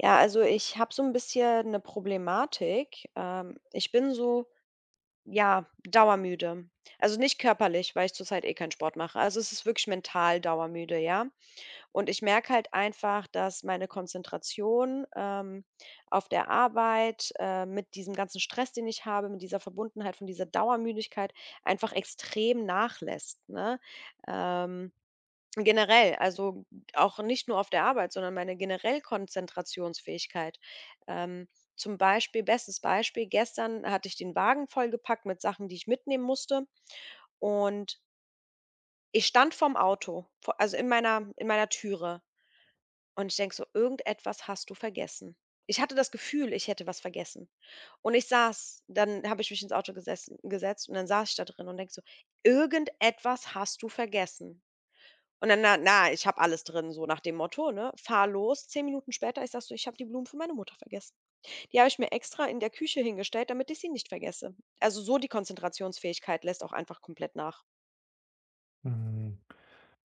Ja, also ich habe so ein bisschen eine Problematik. Ich bin so, ja, dauermüde. Also nicht körperlich, weil ich zurzeit eh keinen Sport mache. Also es ist wirklich mental dauermüde, ja? Und ich merke halt einfach, dass meine Konzentration, auf der Arbeit, mit diesem ganzen Stress, den ich habe, mit dieser Verbundenheit von dieser Dauermüdigkeit einfach extrem nachlässt, ne? Ähm Generell, also auch nicht nur auf der Arbeit, sondern meine generell Konzentrationsfähigkeit. Ähm, Zum Beispiel, bestes Beispiel, gestern hatte ich den Wagen vollgepackt mit Sachen, die ich mitnehmen musste, und ich stand vorm Auto, vo also in meiner Türe, und ich denke so: „Irgendetwas hast du vergessen.“ Ich hatte das Gefühl, ich hätte was vergessen, und ich saß dann habe ich mich ins Auto gesessen gesetzt, und dann saß ich da drin und denke so: „Irgendetwas hast du vergessen.“ Und dann: „Na na, ich habe alles drin“, so nach dem Motto, ne? Fahr los, 10 Minuten später, ich sag so: „Ich habe die Blumen für meine Mutter vergessen. Die habe ich mir extra in der Küche hingestellt, damit ich sie nicht vergesse.“ Also, so die Konzentrationsfähigkeit lässt auch einfach komplett nach. Mhm.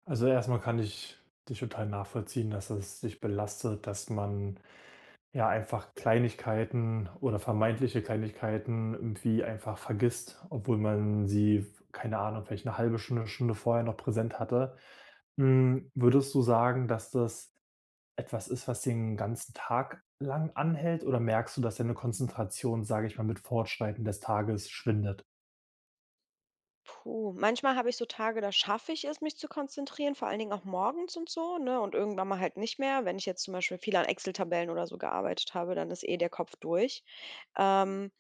Also, erstmal kann ich dich total nachvollziehen, dass es dich belastet, dass man, ja, einfach Kleinigkeiten oder vermeintliche Kleinigkeiten irgendwie einfach vergisst, obwohl man sie, keine Ahnung, vielleicht eine halbe Stunde, Stunde vorher noch präsent hatte. Hm, würdest du sagen, dass das etwas ist, was den ganzen Tag lang anhält, oder merkst du, dass deine Konzentration, sage ich mal, mit Fortschreiten des Tages schwindet? Puh, manchmal habe ich so Tage, da schaffe ich es, mich zu konzentrieren, vor allen Dingen auch morgens und so, ne, und irgendwann mal halt nicht mehr. Wenn ich jetzt zum Beispiel viel an Excel-Tabellen oder so gearbeitet habe, dann ist eh der Kopf durch. Ähm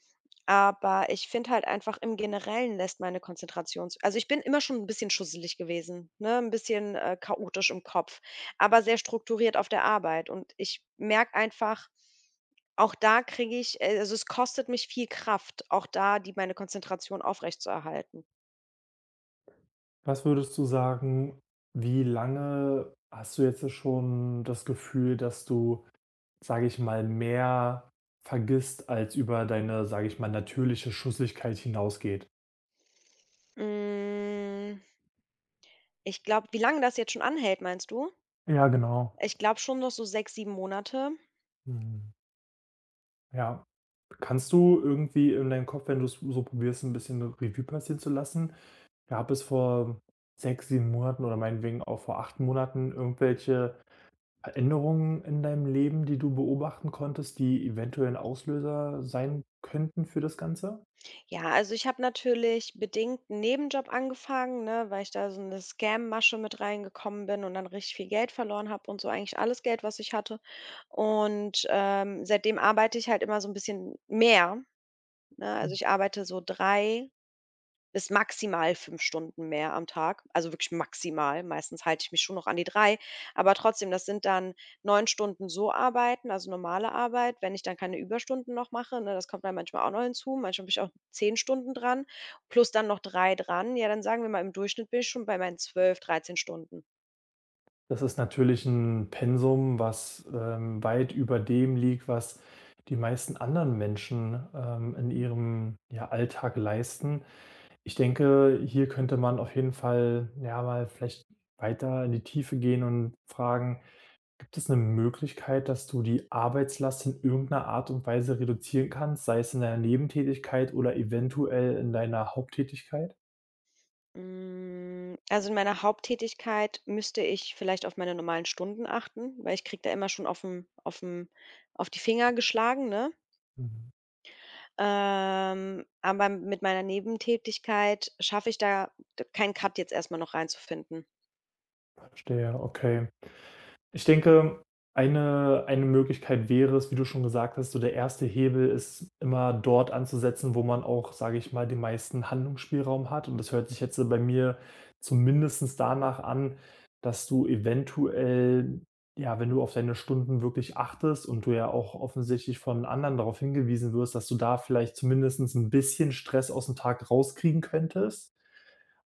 Aber ich finde halt einfach im Generellen lässt meine Konzentrations also, ich bin immer schon 'n bisschen schusselig gewesen, ne, 'n bisschen, chaotisch im Kopf, aber sehr strukturiert auf der Arbeit. Und ich merke einfach, auch da kriege ich also, es kostet mich viel Kraft, auch da die meine Konzentration aufrechtzuerhalten. Was würdest du sagen, wie lange hast du jetzt schon das Gefühl, dass du, sage ich mal, mehr vergisst, als über deine, sage ich mal, natürliche Schusslichkeit hinausgeht? Hm, ich glaube, wie lange das jetzt schon anhält, meinst du? Ja, genau. Ich glaube schon noch so 6, 7 Monate. Mhm. Ja. Kannst du irgendwie in deinem Kopf, wenn du es so probierst, ein bisschen eine Revue passieren zu lassen, gab es vor 6, 7 Monaten oder meinetwegen auch vor 8 Monaten irgendwelche Veränderungen in deinem Leben, die du beobachten konntest, die eventuell 'n Auslöser sein könnten für das Ganze? Ja, also ich habe natürlich bedingt 'n Nebenjob angefangen, ne, weil ich da so eine Scam-Masche mit reingekommen bin und dann richtig viel Geld verloren habe und so eigentlich alles Geld, was ich hatte. Und, seitdem arbeite ich halt immer so ein bisschen mehr, ne? Also, Hm, ich arbeite so 3. Bis maximal 5 Stunden mehr am Tag, also wirklich maximal. Meistens halte ich mich schon noch an die 3, aber trotzdem, das sind dann 9 Stunden so arbeiten, also normale Arbeit, wenn ich dann keine Überstunden noch mache, ne, das kommt dann manchmal auch noch hinzu. Manchmal bin ich auch 10 Stunden dran, plus dann noch 3 dran. Ja, dann sagen wir mal, im Durchschnitt bin ich schon bei meinen 12, 13 Stunden. das ist natürlich ein Pensum, was, weit über dem liegt, was die meisten anderen Menschen, in ihrem, ja, Alltag leisten. Ich denke, hier könnte man auf jeden Fall, ja, mal vielleicht weiter in die Tiefe gehen und fragen: „Gibt es eine Möglichkeit, dass du die Arbeitslast in irgendeiner Art und Weise reduzieren kannst, sei es in deiner Nebentätigkeit oder eventuell in deiner Haupttätigkeit?“ Hm, also in meiner Haupttätigkeit müsste ich vielleicht auf meine normalen Stunden achten, weil ich kriege da immer schon aufm auf die Finger geschlagen, ne? Mhm. Aber mit meiner Nebentätigkeit schaffe ich da d keinen Cut jetzt erst mal noch reinzufinden. Verstehe, okay. Ich denke, eine Möglichkeit wäre es, wie du schon gesagt hast, so der erste Hebel ist immer dort anzusetzen, wo man auch, sage ich mal, den meisten Handlungsspielraum hat. Und das hört sich jetzt so bei mir zumindestens danach an, dass du eventuell, ja, wenn du auf deine Stunden wirklich achtest und du ja auch offensichtlich von anderen darauf hingewiesen wirst, dass du da vielleicht zumindestens ein bisschen Stress aus dem Tag rauskriegen könntest.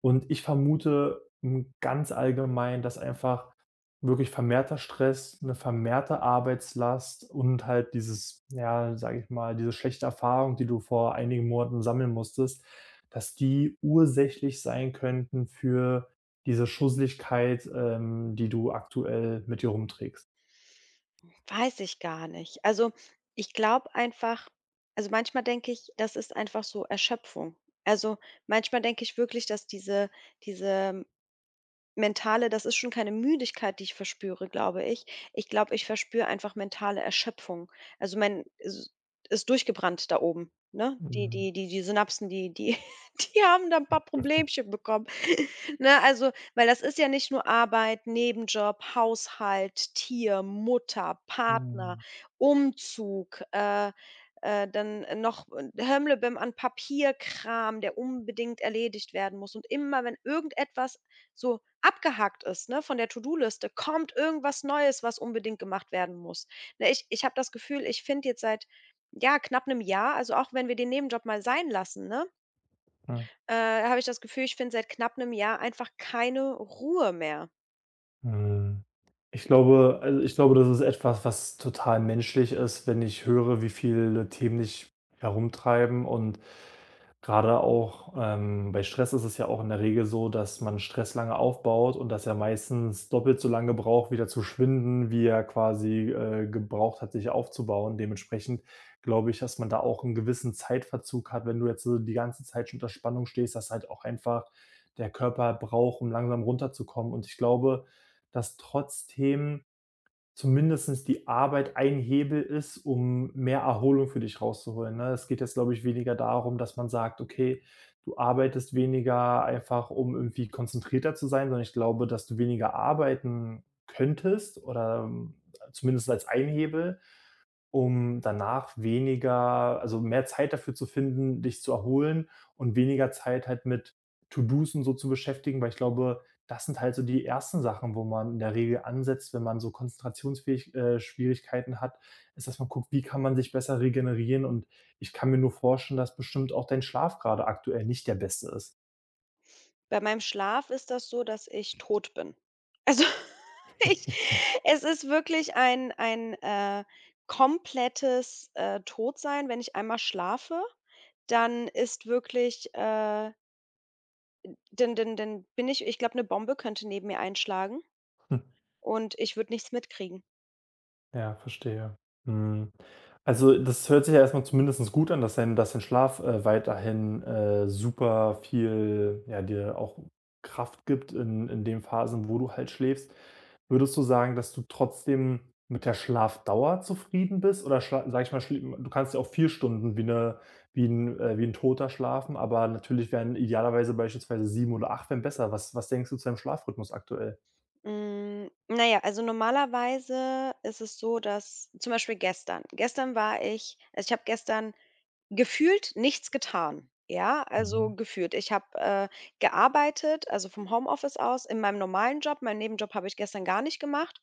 Und ich vermute, hm, ganz allgemein, dass einfach wirklich vermehrter Stress, eine vermehrte Arbeitslast und halt dieses ja, sage ich mal, diese schlechte Erfahrung, die du vor einigen Monaten sammeln musstest, dass die ursächlich sein könnten für diese Schusseligkeit, die du aktuell mit dir rumträgst. Weiß ich gar nicht. Also, ich glaube einfach, also, manchmal denke ich, das ist einfach so Erschöpfung. Also, manchmal denke ich wirklich, dass diese mentale, das ist schon keine Müdigkeit, die ich verspüre, glaube ich. Ich glaube, ich verspüre einfach mentale Erschöpfung. Also, mein is ist durchgebrannt da oben, ne? Die Mhm. die die die Synapsen, die die haben da ein paar Problemchen bekommen. Ne, also weil das ist ja nicht nur Arbeit, Nebenjob, Haushalt, Tier, Mutter, Partner, Mhm. Umzug, dann noch Hemmelibim an Papierkram, der unbedingt erledigt werden muss. Und immer, wenn irgendetwas so abgehakt ist, ne, von der To-do-Liste, kommt irgendwas Neues, was unbedingt gemacht werden muss. Ne, ich habe das Gefühl, ich finde jetzt seit, ja, knapp einem Jahr, also auch wenn wir den Nebenjob mal sein lassen, ne, Mhm. äh, habe ich das Gefühl, ich finde seit knapp einem Jahr einfach keine Ruhe mehr. Mhm. Ich glaube, das ist etwas, was total menschlich ist, wenn ich höre, wie viele Themen dich herumtreiben und gerade auch, bei Stress ist es ja auch in der Regel so, dass man Stress lange aufbaut und dass er meistens doppelt so lange braucht, wieder zu schwinden, wie er quasi, gebraucht hat, sich aufzubauen. Dementsprechend glaube ich, dass man da auch einen gewissen Zeitverzug hat, wenn du jetzt so die ganze Zeit schon unter Spannung stehst, dass halt auch einfach der Körper braucht, um langsam runterzukommen. Und ich glaube, dass trotzdem zumindestens die Arbeit ein Hebel ist, um mehr Erholung für dich rauszuholen, ne? Es geht jetzt, glaube ich, weniger darum, dass man sagt: „Okay, du arbeitest weniger einfach, um irgendwie konzentrierter zu sein“, sondern ich glaube, dass du weniger arbeiten könntest oder, zumindest als ein Hebel, um danach weniger also, mehr Zeit dafür zu finden, dich zu erholen und weniger Zeit halt mit To-dos und so zu beschäftigen, weil ich glaube, das sind halt so die ersten Sachen, wo man in der Regel ansetzt, wenn man so konzentrationsfähig Schwierigkeiten hat, ist, dass man guckt, wie kann man sich besser regenerieren und ich kann mir nur vorstellen, dass bestimmt auch dein Schlaf gerade aktuell nicht der beste ist. Bei meinem Schlaf ist das so, dass ich tot bin. Also, ich es ist wirklich ein komplettes, Todsein. Wenn ich einmal schlafe, dann ist wirklich, dann bin ich, glaube eine Bombe könnte neben mir einschlagen und ich würde nichts mitkriegen. Ja, verstehe. Hm. Also, das hört sich ja erstmal mal zumindest gut an, dass dein Schlaf, weiterhin, super viel, ja, dir auch Kraft gibt in den Phasen, wo du halt schläfst. Würdest du sagen, dass du trotzdem mit der Schlafdauer zufrieden bist? Oder schla sage ich mal, schlie du kannst ja auch 4 Stunden wie eine wie ein Toter schlafen, aber natürlich wären idealerweise beispielsweise 7 oder 8 wären besser. Was was denkst du zu deinem Schlafrhythmus aktuell? Hm, na ja, also normalerweise ist es so, dass zum Beispiel gestern, war ich, also, ich habe gestern gefühlt nichts getan, ja? Also, Mhm. gefühlt. Ich habe, gearbeitet, also vom Homeoffice aus in meinem normalen Job. Meinen Nebenjob habe ich gestern gar nicht gemacht,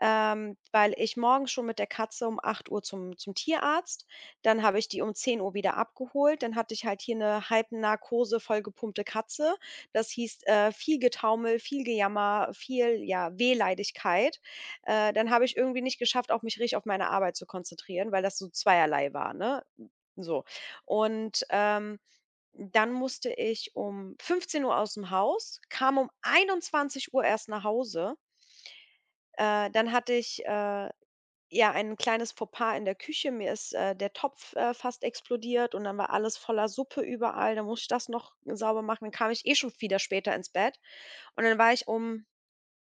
weil ich morgens schon mit der Katze um 8 Uhr zum Tierarzt, dann habe ich die um 10 Uhr wieder abgeholt. Dann hatte ich halt hier eine Halbnarkose vollgepumpte Katze. Das hieß, viel Getaumel, viel Gejammer, viel, ja, Wehleidigkeit. Dann habe ich irgendwie nicht geschafft, auch mich richtig auf meine Arbeit zu konzentrieren, weil das so zweierlei war, ne? So. Und, dann musste ich um 15 Uhr aus dem Haus, kam um 21 Uhr erst nach Hause. Dann hatte ich, ja, ein kleines Fauxpas in der Küche. Mir ist, der Topf, fast explodiert und dann war alles voller Suppe überall. Dann musste ich das noch sauber machen. Dann kam ich eh schon wieder später ins Bett, und dann war ich um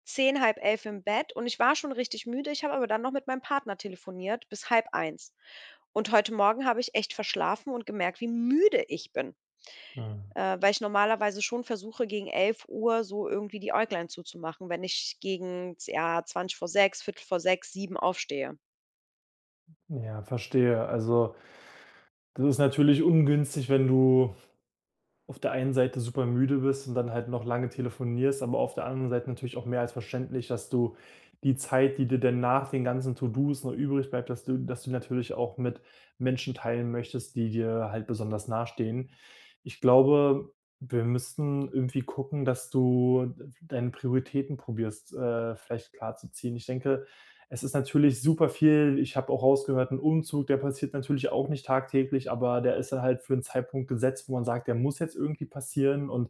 zehn, halb elf im Bett und ich war schon richtig müde. Ich habe aber dann noch mit meinem Partner telefoniert bis halb eins. Und heute Morgen habe ich echt verschlafen und gemerkt, wie müde ich bin, Mhm. Weil ich normalerweise schon versuche, gegen 11 Uhr so irgendwie die Äuglein zuzumachen, wenn ich gegen, ja, zwanzig vor sechs, Viertel vor sechs, sieben aufstehe. Ja, verstehe. Also, das ist natürlich ungünstig, wenn du auf der einen Seite super müde bist und dann halt noch lange telefonierst, aber auf der anderen Seite natürlich auch mehr als verständlich, dass du die Zeit, die dir denn nach den ganzen To-dos noch übrig bleibt, dass du natürlich auch mit Menschen teilen möchtest, die dir halt besonders nahestehen. Ich glaube, wir müssten irgendwie gucken, dass du deine Prioritäten probierst, vielleicht klarzuziehen. Ich denke, es ist natürlich super viel ich habe auch rausgehört, ein Umzug, der passiert natürlich auch nicht tagtäglich, aber der ist dann halt für einen Zeitpunkt gesetzt, wo man sagt, der muss jetzt irgendwie passieren und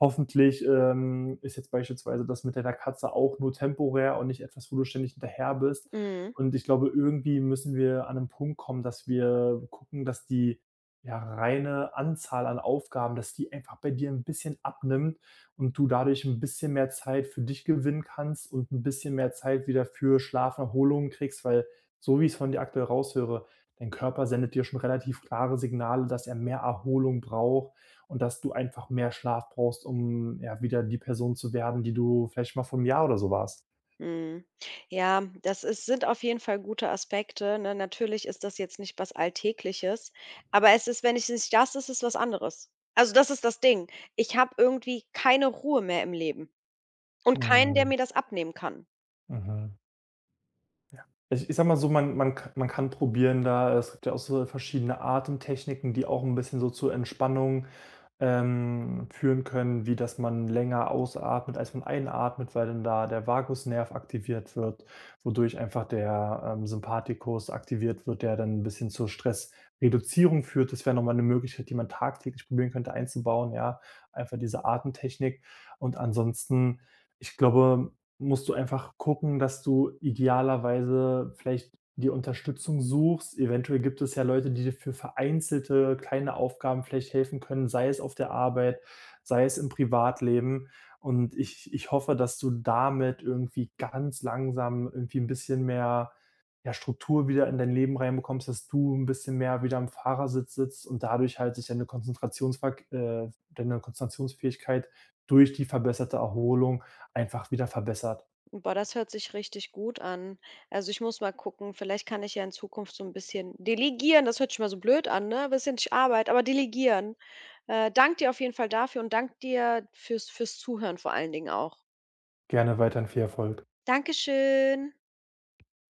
hoffentlich, ist jetzt beispielsweise das mit deiner Katze auch nur temporär und nicht etwas, wo du ständig hinterher bist. Mhm. Und ich glaube, irgendwie müssen wir an 'nen Punkt kommen, dass wir gucken, dass die, ja, reine Anzahl an Aufgaben, dass die einfach bei dir ein bisschen abnimmt und du dadurch ein bisschen mehr Zeit für dich gewinnen kannst und ein bisschen mehr Zeit wieder für Schlaf und Erholung kriegst, weil so wie ich es von dir aktuell raushöre, dein Körper sendet dir schon relativ klare Signale, dass er mehr Erholung braucht und dass du einfach mehr Schlaf brauchst, um, ja, wieder die Person zu werden, die du vielleicht mal vor 'nem Jahr oder so warst. Mhm. Ja, das ist, sind auf jeden Fall gute Aspekte, ne? Natürlich ist das jetzt nicht was Alltägliches, aber es ist, wenn ich nicht, das ist es, was anderes. Also, das ist das Ding. Ich habe irgendwie keine Ruhe mehr im Leben und keinen, der Mhm, mir das abnehmen kann. mhm. Ich sage mal so, man kann probieren da es gibt ja auch so verschiedene Atemtechniken, die auch ein bisschen so zur Entspannung, führen können, wie dass man länger ausatmet, als man einatmet, weil dann da der Vagusnerv aktiviert wird, wodurch einfach der, Sympathikus aktiviert wird, der dann ein bisschen zur Stressreduzierung führt. Das wäre noch mal 'ne Möglichkeit, die man tagtäglich probieren könnte einzubauen, ja, einfach diese Atemtechnik. Und ansonsten, ich glaube musst du einfach gucken, dass du idealerweise vielleicht die Unterstützung suchst. Eventuell gibt es ja Leute, die dir für vereinzelte kleine Aufgaben vielleicht helfen können, sei es auf der Arbeit, sei es im Privatleben. Und ich hoffe, dass du damit irgendwie ganz langsam irgendwie ein bisschen mehr, ja, Struktur wieder in dein Leben reinbekommst, dass du ein bisschen mehr wieder am Fahrersitz sitzt und dadurch halt sich deine Konzentrationsverk deine Konzentrationsfähigkeit durch die verbesserte Erholung einfach wieder verbessert. Boah, das hört sich richtig gut an. Also, ich muss mal gucken, vielleicht kann ich ja in Zukunft so ein bisschen delegieren. Das hört sich mal so blöd an, ne? Bisschen nicht Arbeit, aber delegieren. Danke dir auf jeden Fall dafür und danke dir fürs Zuhören vor allen Dingen auch. Gerne weiterhin viel Erfolg. Dankeschön.